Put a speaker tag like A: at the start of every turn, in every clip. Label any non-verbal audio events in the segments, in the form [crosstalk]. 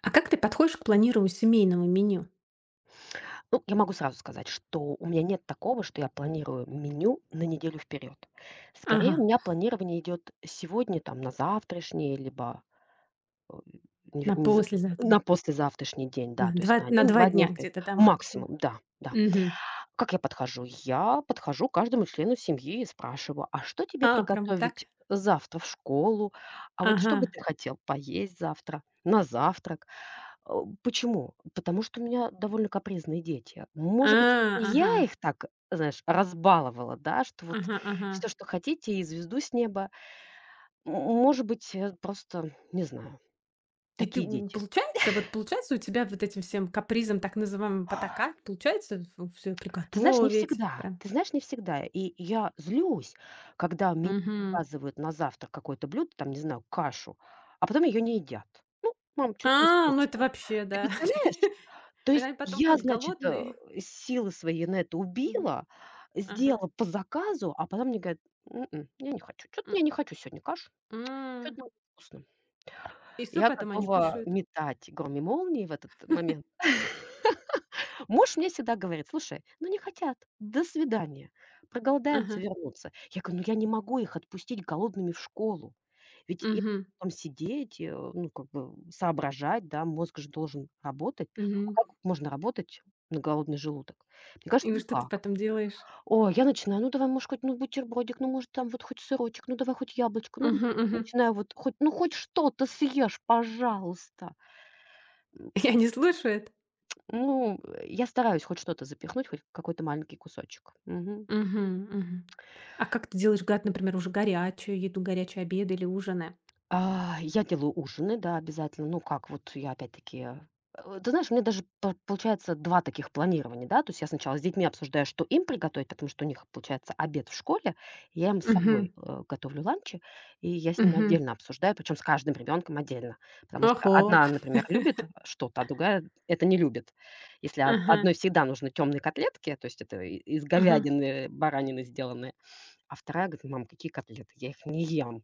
A: А как ты подходишь к планированию семейного меню?
B: Ну, я могу сразу сказать, что у меня нет такого, что я планирую меню на неделю вперед.
A: Ага,
B: Скорее, у меня планирование идет сегодня, там, на завтрашний, либо э, не-
A: на
B: не за-
A: послезавтра.
B: на послезавтрашний день,
A: На
B: да, то есть
A: два
B: на
A: на 2
B: один-два дня
A: дня
B: вперед.
A: где-то, да, максимум?
B: Максимум, да, да.
A: Мгм.
B: Как я подхожу? Я подхожу к каждому члену семьи и спрашиваю, а что тебе
A: А, прям вот так?
B: приготовить завтра в школу? А вот что бы
A: Ага.
B: ты хотел поесть завтра, на завтрак? Э, Почему? Потому что у меня довольно капризные дети.
A: А,
B: Может быть, это
A: ага.
B: я их так, знаешь, разбаловала, да, что вот
A: Ага, ага.
B: все, что хотите, и звезду с неба. Может быть, просто, не знаю,
A: И ты
B: такие
A: у
B: дети.
A: получается, вот получается у тебя вот этим всем капризам, так называемым, потакать? Получается все
B: Ты знаешь, не
A: приготовить
B: всегда.
A: прям?
B: Ты знаешь, не всегда. И я злюсь, когда меня
A: Мгм.
B: заказывают на завтрак какое-то блюдо, там, не знаю, кашу, а потом ее не едят. Ну, мам, что то
A: А, ну это
B: невкусно.
A: вообще,
B: Ты
A: да.
B: представляешь?
A: [laughs]
B: То есть
A: Они потом
B: я,
A: ходят
B: значит,
A: голодные.
B: силы свои на это
A: Мгм.
B: убила,
A: Ага.
B: сделала по заказу, а потом мне говорят: я не хочу. Что то
A: М.
B: я не хочу сегодня кашу, что
A: М.
B: то вкусно.
A: И что
B: Я
A: потом они
B: готова
A: кушают?
B: метать гром и молнии в этот момент.
A: [laughs]
B: Муж мне всегда говорит: "Слушай, ну не хотят, до свидания, проголодаются,
A: Ага.
B: вернутся". Я говорю: "Ну я не могу их отпустить голодными в школу". Ведь им
A: Мгм.
B: там сидеть, ну как бы соображать, да, мозг же должен работать. А
A: Мгм.
B: как можно работать на голодный желудок? Мне
A: И
B: кажется,
A: ну что ты
B: никак.
A: потом делаешь?
B: О, я начинаю: "Ну давай, может, хоть, ну, бутербродик, ну, может, там вот хоть сырочек, ну давай хоть яблочко". Ну, вот
A: Мгм, мгм.
B: начинаю вот хоть, ну хоть что-то съешь, пожалуйста.
A: [laughs] Я не слушаю это.
B: Ну, я стараюсь хоть что-то запихнуть, хоть какой-то маленький кусочек. Мгм.
A: Мгм, мгм. А как ты делаешь гад, например, уже горячую еду, горячие обеды или ужины?
B: А, я делаю ужины, да, обязательно. Ну как, вот я опять-таки, ты знаешь, у меня даже по получается 2 таких планирования, да. То есть я сначала с детьми обсуждаю, что им приготовить, потому что у них получается обед в школе. Я им с
A: Мгм,
B: собой, готовлю ланчи, и я с ними
A: мгм.
B: отдельно обсуждаю, причем с каждым ребенком отдельно. Потому что
A: Ого.
B: одна, например, любит что-то, а другая это не любит. Если од
A: Ага,
B: одной всегда нужны темные котлетки, то есть это и из
A: ага,
B: говядины, баранины сделанные, а вторая говорит: "Мам, какие котлеты? Я их не ем.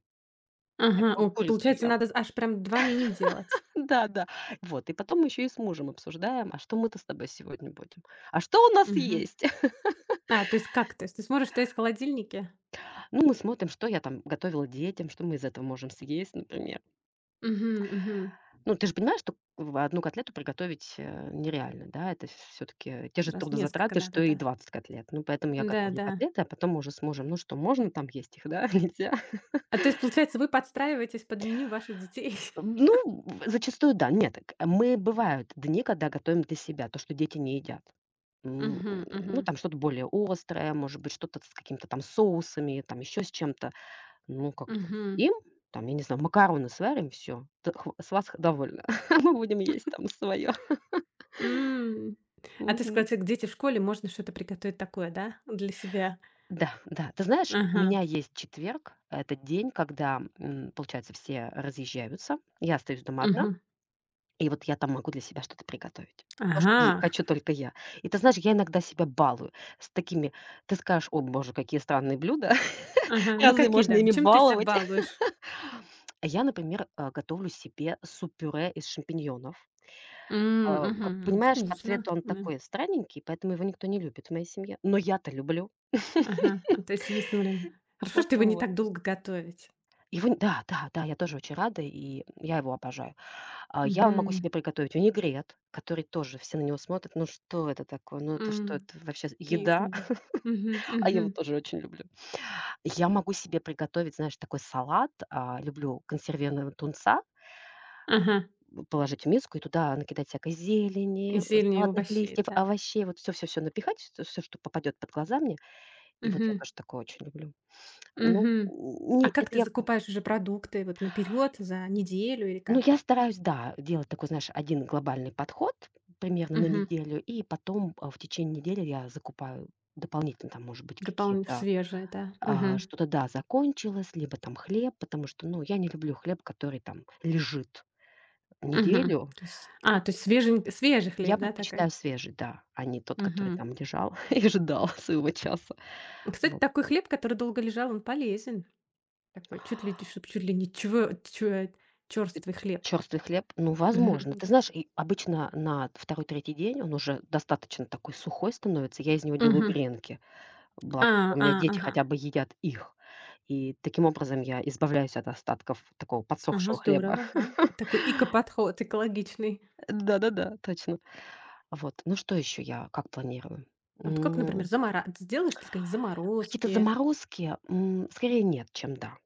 B: Я
A: ага. О,
B: только курицу
A: получается,
B: ем".
A: надо аж прям 2 меню делать.
B: Да-да. Вот, и потом мы еще и с мужем обсуждаем: "А что мы-то с тобой сегодня будем? А что у нас
A: Мгм.
B: есть?" [laughs]
A: А, то есть как? То есть ты смотришь, что есть в холодильнике?
B: Ну, мы смотрим, что я там готовила детям, что мы из этого можем съесть, например.
A: Мгм, мгм.
B: Ну, ты же понимаешь, что в одну котлету приготовить, нереально, да? Это все-таки те же
A: Сразу несколько
B: трудозатраты,
A: надо,
B: что и
A: да.
B: 20 котлет. Ну, поэтому я готовлю
A: Да-да.
B: котлеты, а потом мы уже с мужем: "Ну что, можно там есть их, да, [laughs] нельзя?"
A: А то есть, получается, вы подстраиваетесь под меню ваших детей? [laughs]
B: Ну, зачастую да. Нет, к мы бывают дни, когда готовим для себя то, что дети не едят. М,
A: Мгм, мгм,
B: ну, там что-то более острое, может быть, что-то с какими-то там соусами, там еще с чем-то. Ну, как бы
A: мгм.
B: им, там, я не знаю, макароны сварим, всё, т с вас довольно, [laughs] мы будем есть там свое.
A: М. А ты сказала,
B: Мгм.
A: те где те в школе можно что-то приготовить такое, да, для себя?
B: Да, да. Ты знаешь, у
A: Ага.
B: меня есть четверг. Это день, когда, получается, все разъезжаются. Я остаюсь дома одна.
A: Мгм.
B: И вот я там могу для себя что-то приготовить. То, что е
A: Ага,
B: хочу только я. И ты знаешь, я иногда себя балую с такими. Ты скажешь: "О боже, какие странные блюда, [laughs]
A: ага. Ну,
B: разве
A: какие,
B: можно
A: да? В
B: ими
A: чем ты себя
B: баловать?"
A: балуешь?
B: А я, например, готовлю себе суп-пюре из шампиньонов.
A: М,
B: А, как
A: мгм.
B: понимаешь, по
A: Вкусно,
B: цвету он
A: да.
B: такой странненький, поэтому его никто не любит в моей семье. Но я-то люблю. [laughs]
A: Ага. А, то есть есть время.
B: В
A: Хорошо, что его
B: общем,
A: не
B: вот.
A: так долго готовить.
B: Его н Да, да, да, я тоже очень рада, и я его обожаю. А, я могу
A: Мгм.
B: себе приготовить винегрет, который тоже все на него смотрят: "Ну что это такое? Ну это что,
A: М.
B: это вообще
A: Кисло,
B: еда?"
A: да.
B: [laughs]
A: Мгм,
B: А я его
A: мгм.
B: тоже очень люблю. Я могу себе приготовить, знаешь, такой салат. А, люблю консервированного тунца,
A: Ага.
B: положить в миску и туда накидать всякой
A: И
B: зелени,
A: зелени, и
B: салатных
A: овощей,
B: листьев,
A: да.
B: овощей, вот все-все-все напихать, все, что попадет под глаза мне. И вот я
A: Мгм,
B: тоже такое очень люблю. Ну,
A: мгм.
B: н
A: А
B: не
A: как
B: это
A: ты
B: я
A: закупаешь уже продукты? Вот наперед, за неделю или
B: Ну,
A: как?
B: я стараюсь, да, делать такой, знаешь, один глобальный подход примерно на
A: Мгм.
B: неделю, и потом, в течение недели я закупаю дополнительно, там, может быть,
A: Дополн
B: какие-то,
A: свежее, да. Мгм.
B: что-то, да, закончилось, либо там хлеб, потому что, ну, я не люблю хлеб, который там лежит
A: Мгм.
B: неделю.
A: То есть, то есть свежий хлеб,
B: Я
A: да,
B: предпочитаю
A: такой?
B: свежий, да, а не тот, который
A: Мгм.
B: там лежал [laughs] и ждал своего часа.
A: Кстати,
B: Вот.
A: такой хлеб, который долго лежал, он полезен. Такой чуть ли не черствый
B: Э,
A: хлеб.
B: Черствый хлеб, ну,
A: [laughs] Мгм,
B: возможно. Ты
A: да.
B: знаешь, и обычно на второй-третий день он уже достаточно такой сухой становится, я из него делаю
A: Мгм.
B: гренки.
A: А,
B: Благо, что у
A: а,
B: меня дети
A: ага.
B: хотя бы едят их. И таким образом я избавляюсь от остатков такого
A: Ага,
B: подсохшего хлеба.
A: здорово. Ага. Такой экоподход экологичный.
B: [laughs] Да-да-да, точно. Вот. Ну что еще я как планирую?
A: А вот как, например,
B: М,
A: замора сделаешь только какие
B: Какие-то
A: заморозки?
B: заморозки, скорее нет, чем да.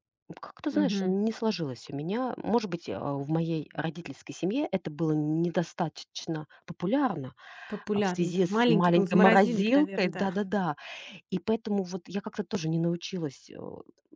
B: Как-то, знаешь,
A: Мгм.
B: не сложилось у меня. Может быть, в моей родительской семье это было недостаточно популярно, в
A: Популярно, да.
B: связи с
A: Маленький был
B: маленькой
A: заморозильник,
B: морозилкой.
A: наверное, да.
B: Да-да-да. И поэтому вот я как-то тоже не научилась,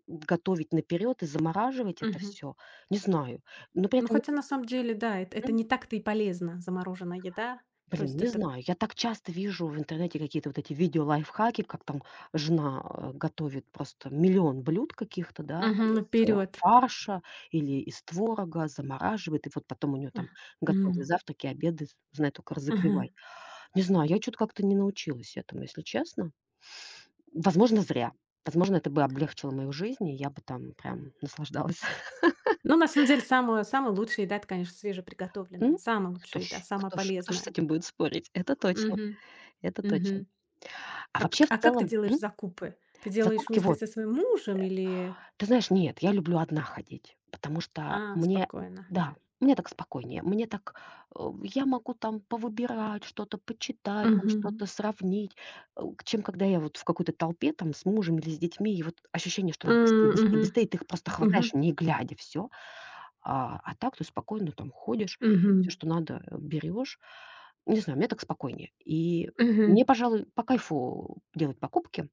B: готовить наперед и замораживать это
A: Мгм.
B: все. Не знаю. Но при
A: Ну,
B: этом
A: хотя на самом деле, да, эт
B: я,
A: это не так-то и полезно, замороженная еда.
B: блин,
A: Просто
B: не
A: это
B: знаю. Я так часто вижу в интернете какие-то вот эти видео лайфхаки, как там жена, готовит просто миллион блюд каких-то, да, там из,
A: наперёд.
B: фарша или из творога, замораживает, и вот потом у нее там
A: Ах, м,
B: готовые завтраки, обеды, знай только
A: ага.
B: разогревай. Не знаю, я что то как-то не научилась этому, если честно. Возможно, зря. Возможно, это бы облегчило мою жизнь, и я бы там прям наслаждалась. [laughs]
A: Ну, на самом деле, самая самая лучшая еда — это, конечно, свежеприготовленная.
B: Ну,
A: Самая
B: кто
A: лучшая
B: ж
A: еда, самая
B: кто ж кто ж с
A: полезная.
B: этим будет спорить? Это точно,
A: Мгм,
B: это точно.
A: мгм.
B: А
A: А к
B: вообще, в
A: а как ты
B: целом
A: делаешь
B: М?
A: закупы? Ты делаешь
B: Закупки
A: вместе
B: вот.
A: со своим мужем или
B: Ты знаешь, нет, я люблю одна ходить, потому что
A: А,
B: мне
A: спокойно.
B: да, мне так спокойнее. Мне так, э, я могу там повыбирать что-то, почитать, там что-то
A: Мгм.
B: сравнить, чем когда я вот в какой-то толпе там с мужем или с детьми, и вот ощущение, что надо быстрее,
A: М,
B: быстрее,
A: мгм,
B: быстрее, ты их просто
A: мгм,
B: хватаешь, не глядя, все. А, так ты спокойно там ходишь, все
A: мгм,
B: что надо, берёшь. Не знаю, мне так спокойнее. И
A: мгм.
B: мне, пожалуй, по кайфу делать покупки.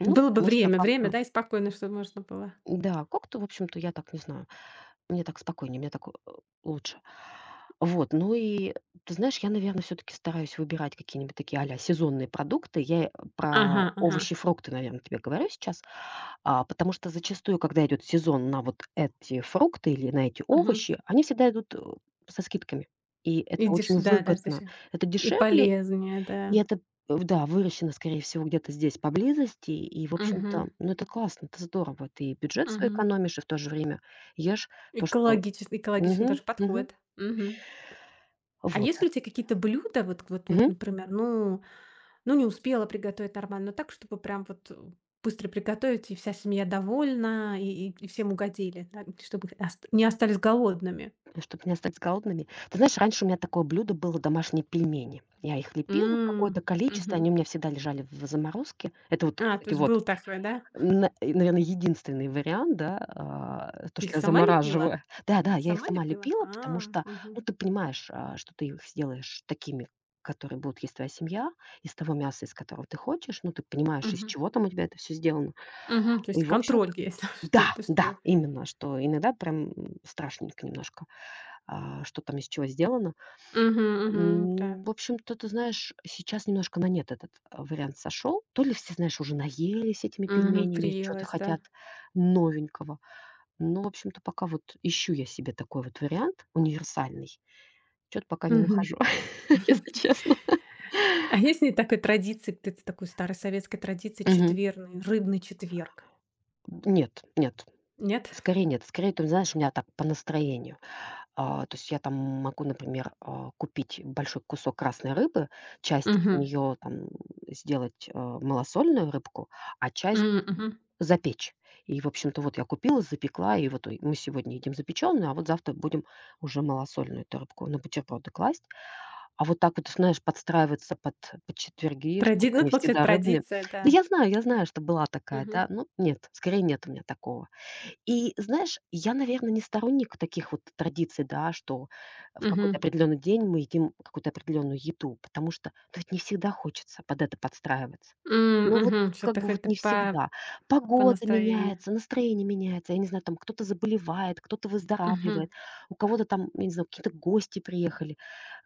B: Ну,
A: Было бы
B: потому что
A: время,
B: как-то
A: да, и спокойно, чтобы можно было.
B: да, как-то, в общем-то, я так не знаю, мне так спокойнее, мне так, лучше. Вот, ну и ты знаешь, я, наверное, все таки стараюсь выбирать какие-нибудь такие сезонные продукты. Я, про
A: Ага, ага,
B: овощи, фрукты, наверное тебе говорю сейчас. А, потому что зачастую, когда идет сезон на вот эти фрукты или на эти
A: ага.
B: овощи, они всегда идут, со скидками. И это
A: И деш
B: очень
A: да, даже
B: выгодно.
A: деше
B: Это
A: и
B: дешевле,
A: полезнее, да.
B: и это, в да, выращено, скорее всего, где-то здесь поблизости. И, в
A: Мгм,
B: общем-то, ну, это классно, это здорово. Ты и бюджет свой
A: мгм.
B: экономишь, и в то же время ешь то, что
A: Экологичес экологичный
B: мгм,
A: тоже
B: мгм.
A: подход. Мгм. А
B: Вот.
A: есть ли у тебя какие-то блюда, вот, например, ну, не успела приготовить нормально, но так, чтобы прям вот, быстро приготовить, и вся семья довольна, и всем угодили, да, чтобы ост не остались голодными?
B: Чтобы не остаться голодными. Ты знаешь, раньше у меня такое блюдо было- домашние пельмени. Я их лепила в
A: М,
B: какое-то количество,
A: мгм.
B: они у меня всегда лежали в заморозке. Это вот,
A: А, то
B: кстати,
A: есть
B: вот
A: был такой, да?
B: На и, наверно, единственный вариант, да, то,
A: Ты их
B: что я
A: сама лепила?
B: замораживаю. [laughs] Да-да, я их
A: Сама
B: сама
A: лепила?
B: лепила, потому
A: А,
B: что,
A: мгм,
B: ну, ты понимаешь, что ты их сделаешь такими, которые будут есть твоя семья, из того мяса, из которого ты хочешь. Ну, ты понимаешь, из
A: мгм.
B: чего там у тебя это все сделано.
A: Мгм. То есть
B: И, в
A: контроль
B: общем-то.
A: есть, [laughs] что
B: Да,
A: ты
B: да,
A: что.
B: именно, что иногда прям, страшненько немножко, что там из чего сделано.
A: Мгм, мгм, да.
B: В общем-то, ты знаешь, сейчас немножко на нет этот, вариант сошел. То ли все, знаешь, уже наелись этими
A: Мгм.
B: пельменями, что то
A: Приелось, да.
B: хотят новенького. Но, в общем-то, пока вот ищу я себе такой вот вариант универсальный. Что то пока не
A: Мгм.
B: нахожу, [laughs] если
A: [laughs]
B: честно.
A: А есть ли такой традиции, где-то такой старой советской традиции
B: Мгм.
A: четверной, рыбный четверг?
B: Нет, нет,
A: Нет?
B: скорее нет. Скорее, ты знаешь, у меня так по настроению. А, то есть я там могу, например, купить большой кусок красной рыбы, часть из
A: Мгм.
B: нее там сделать, малосольную рыбку, а часть
A: М, мгм.
B: запечь. И, в общем-то, вот я купила, запекла, и вот, мы сегодня едим запечённую, а вот завтра будем уже малосольную эту рыбку на бутерброды класть. А вот так вот, знаешь, подстраиваться под четверги, что вот
A: Тради ну,
B: они
A: получается,
B: всегда рыбные.
A: традиция,
B: Да
A: да.
B: я знаю, что была такая,
A: Мгм.
B: да, ну нет, скорее нет у меня такого. И знаешь, я, наверное, не сторонник таких вот традиций, да, что в какой-то
A: Мгм.
B: определенный день мы едим какую-то определенную еду, потому что ну, ведь не всегда хочется под это подстраиваться.
A: М,
B: Ну вот
A: мгм.
B: как
A: Что-то
B: бы вот
A: хоть
B: не
A: по
B: всегда.
A: по
B: Погода
A: настроению.
B: меняется, настроение меняется, я не знаю, там кто-то заболевает, кто-то
A: Мгм.
B: выздоравливает, у кого-то там, я не знаю, какие-то гости приехали,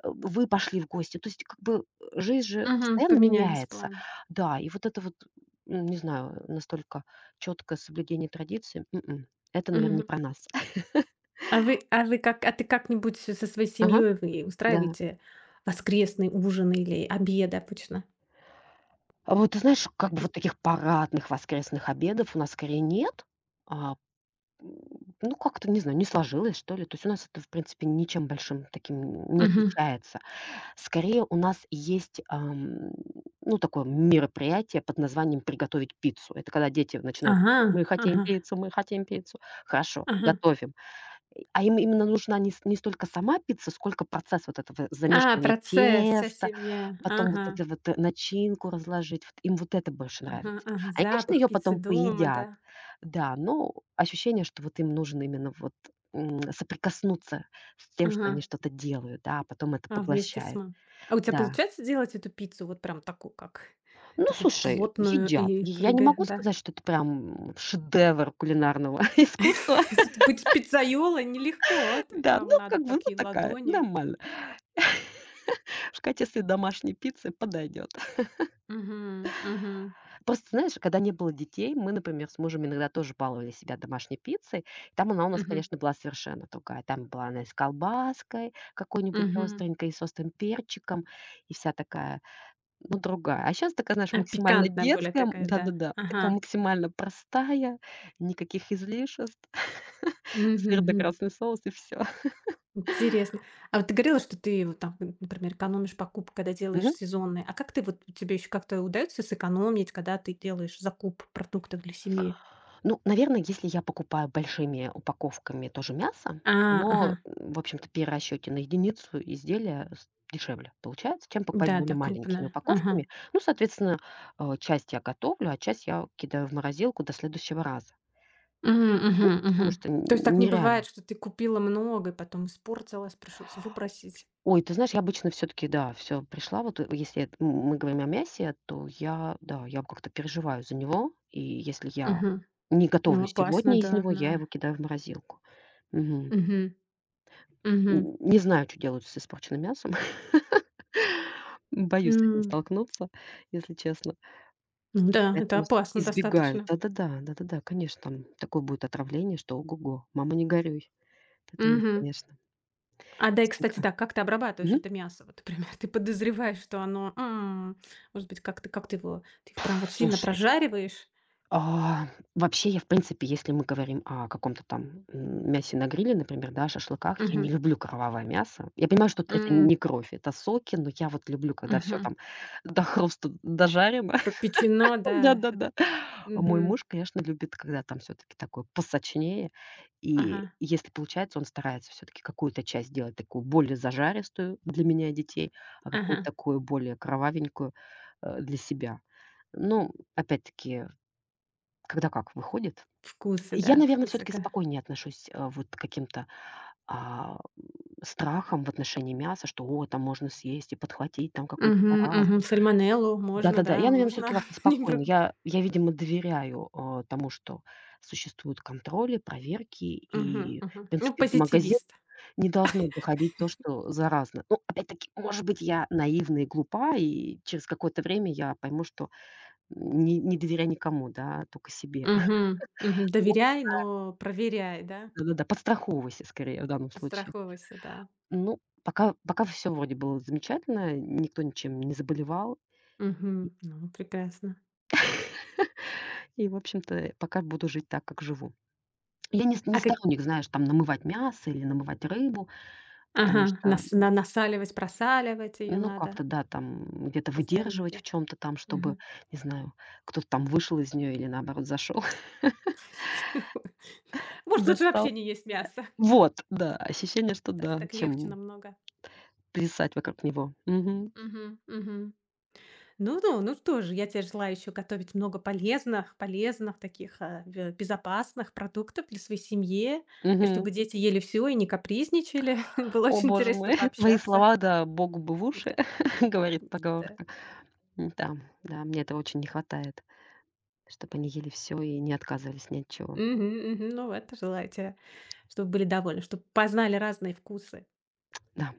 B: вы пошли в гости. То есть как бы жизнь же
A: Мгм.
B: постоянно
A: Поменялись
B: меняется.
A: планы.
B: Да, и вот это вот, не знаю, настолько четкое соблюдение традиции. М-м. Это, наверное, не
A: Мгм.
B: про нас. [laughs]
A: А вы как а ты как-нибудь со своей
B: Ага,
A: семьей вы
B: да.
A: устраиваете воскресный ужин или обед обычно?
B: А вот ты знаешь, как бы вот таких парадных воскресных обедов у нас скорее нет. А, ну, как-то, не знаю, не сложилось, что ли. То есть у нас это, в принципе, ничем большим таким не
A: Мгм.
B: отличается. Скорее у нас есть, ну, такое мероприятие под названием "приготовить пиццу". Это когда дети начинают:
A: Ага,
B: "Мы хотим
A: ага,
B: пиццу, мы хотим пиццу". Хорошо,
A: ага.
B: готовим. А им именно нужна не столько сама пицца, сколько процесс вот этого
A: А,
B: замешивания
A: процесс, вся
B: теста,
A: семья.
B: потом вот
A: Ага,
B: это вот, начинку разложить. Вот им вот это больше
A: ага,
B: нравится.
A: ага.
B: Они, конечно,
A: Запах
B: ее
A: пиццы
B: потом
A: дома, да.
B: поедят, да, но ощущение, что вот им нужно именно вот, соприкоснуться с тем, что
A: Ага.
B: они что-то делают, да, а потом это
A: А, вместе с
B: поглощают.
A: мамой. А у тебя
B: Да.
A: получается делать эту пиццу вот прям такую, как
B: Ну,
A: такую
B: слушай,
A: плотную
B: едят.
A: и
B: Я не
A: прыгая,
B: могу
A: да?
B: сказать, что это прям шедевр кулинарного [laughs] искусства.
A: [laughs] Тут быть пиццайолой нелегко, то есть
B: Да,
A: там
B: ну,
A: надо
B: как бы, ну,
A: такие
B: такая,
A: ладони.
B: нормально. [laughs] В качестве домашней пиццы подойдет.
A: Мгм, мгм,
B: Просто, знаешь, когда не было детей, мы, например, с мужем иногда тоже баловали себя домашней пиццей. Там она у нас,
A: мгм.
B: конечно, была совершенно другая. Там была она и с колбаской какой-нибудь
A: Мгм.
B: остренькой, и с острым перчиком, и вся такая, ну, другая. А сейчас такая, знаешь,
A: А,
B: максимально
A: пикантная более
B: детская,
A: такая, да.
B: да-да-да, такая
A: Ага.
B: максимально простая, никаких излишеств, [laughs]
A: Мгм,
B: сыр да
A: мгм.
B: красный соус и все.
A: Интересно. А вот ты говорила, что ты вот там, н например, экономишь покупки, когда делаешь сезонные. А как ты вот тебе еще как-то удаётся сэкономить, когда ты делаешь закуп продуктов для семьи?
B: Ну, наверное, если я покупаю большими упаковками тоже мясо,
A: А, ага.
B: оно, в общем-то, при расчете на единицу изделия дешевле получается, чем покупать
A: Да-да,
B: более маленькими
A: крупная. Ага.
B: упаковками. Ну, соответственно, часть я готовлю, а часть я кидаю в морозилку до следующего раза,
A: Мгм, мгм,
B: потому
A: мгм.
B: что
A: То есть так не бывает,
B: нереально.
A: что ты купила много и потом испортилась, пришлось выбросить?
B: Ой, ты знаешь, я обычно все-таки, да, все пришла. Вот если мы говорим о мясе, то я, да, я как-то переживаю за него. И если я
A: Мгм.
B: не
A: Ну,
B: готовлю
A: опасно,
B: сегодня из
A: да,
B: него, я
A: да.
B: его кидаю в морозилку. Мгм.
A: Мгм, мгм.
B: Н не знаю, что делают с испорченным мясом. [laughs] Боюсь с этим
A: М.
B: столкнуться, если честно.
A: Ну да, это
B: Поэтому с
A: опасно
B: избегаю.
A: достаточно.
B: Да-да-да, да-да-да, конечно, там такое будет отравление, что ого-го, мама, не горюй. Поэтому нет,
A: Мгм.
B: конечно,
A: А дай, кстати,
B: избегаю.
A: да, как ты обрабатываешь
B: Мгм.
A: это мясо? Вот, например, [laughs] ты подозреваешь, что оно, может быть, ты его прям вот сильно
B: Слушай,
A: прожариваешь?
B: а, вообще я, в принципе, если мы говорим о каком-то там, мясе на гриле, например, да, шашлыках, я не
A: Мгм.
B: люблю кровавое мясо. Я понимаю, что это не
A: М,
B: кровь, это соки, но я вот люблю, когда все
A: мгм.
B: там до хруста дожарено.
A: Пропечено, да. Ш
B: Да-да-да. А мой
A: Мгм.
B: муж, конечно, любит, когда там все таки такое посочнее. И
A: Ага,
B: если получается, он старается все таки какую-то часть делать такую более зажаристую для меня и детей, а какую-то
A: ага.
B: такую более кровавенькую, для себя. Ну, опять-таки, когда как выходит.
A: Вкусы, да,
B: Я, наверное, все
A: вкусы,
B: таки
A: ка
B: спокойнее отношусь, вот к каким-то, а, м, страхам в отношении мяса, что: "О, там можно съесть и подхватить там какую-то
A: Мгм, мгм.
B: заразу".
A: Сальмонеллу можно,
B: Да-да-да.
A: да,
B: Я, наверное, все
A: можно.
B: таки как-то
A: [laughs] Не про
B: спокойно. Видимо, доверяю, тому, что существуют контроли, проверки,
A: Мгм,
B: и, в
A: мгм. Ну,
B: принципе, до магазина
A: позитивист.
B: не должно доходить то, что заразно. Ну, опять-таки, может быть, я наивна и глупа, и через какое-то время я пойму, что не доверяй никому, да, только себе.
A: Мгм, мгм.
B: [laughs]
A: Доверяй, но проверяй, да?
B: Ну да-да-да, подстраховывайся скорее в данном случае.
A: Подстраховывайся, да.
B: Ну, пока все вроде было замечательно, никто ничем не заболевал,
A: Мгм. Ну, прекрасно.
B: и, в общем-то, пока буду жить так, как живу. Я не
A: А как
B: сторонник, знаешь, там намывать мясо или намывать рыбу, потому
A: Ага,
B: что,
A: насаливать, просаливать ее
B: ну,
A: надо
B: как-то, да, там где-то
A: по
B: выдерживать в
A: старинке.
B: чем то там, чтобы,
A: Мгм.
B: не знаю, кто-то там вышел из нее или, наоборот, зашел, [laughs]
A: [laughs] Может, лучше вообще
B: достал.
A: не есть мясо. [laughs]
B: Вот, да, ощущение, что
A: Так
B: да,
A: так легче
B: чем
A: намного.
B: плясать вокруг него. Мгм.
A: Мгм, мгм. Ну, что же, я тебе желаю еще готовить много полезных таких, бе безопасных продуктов для своей семьи, и чтобы
B: Мгм.
A: дети ели все и не капризничали. [laughs] Было
B: О,
A: очень
B: боже
A: интересно
B: мой, [laughs] твои
A: пообщаться.
B: слова, да, Богу бы в уши,
A: Да,
B: [laughs] говорит
A: да.
B: поговорка. М-да, да, да, мне этого очень не хватает, чтобы они ели все и не отказывались ни от чего.
A: Мгм, мгм. Ну вот, желаю те, чтобы были довольны, чтобы познали разные вкусы.
B: Да,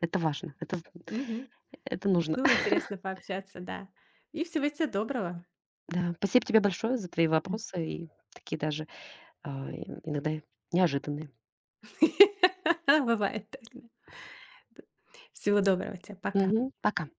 B: это важно,
A: Мгм.
B: это нужно.
A: Было интересно пообщаться, да. И всего тебе доброго.
B: Да, спасибо тебе большое за твои вопросы и такие даже, иногда неожиданные.
A: [laughs] Бывает так, да. Всего доброго тебе. Пока.
B: Мгм. Пока.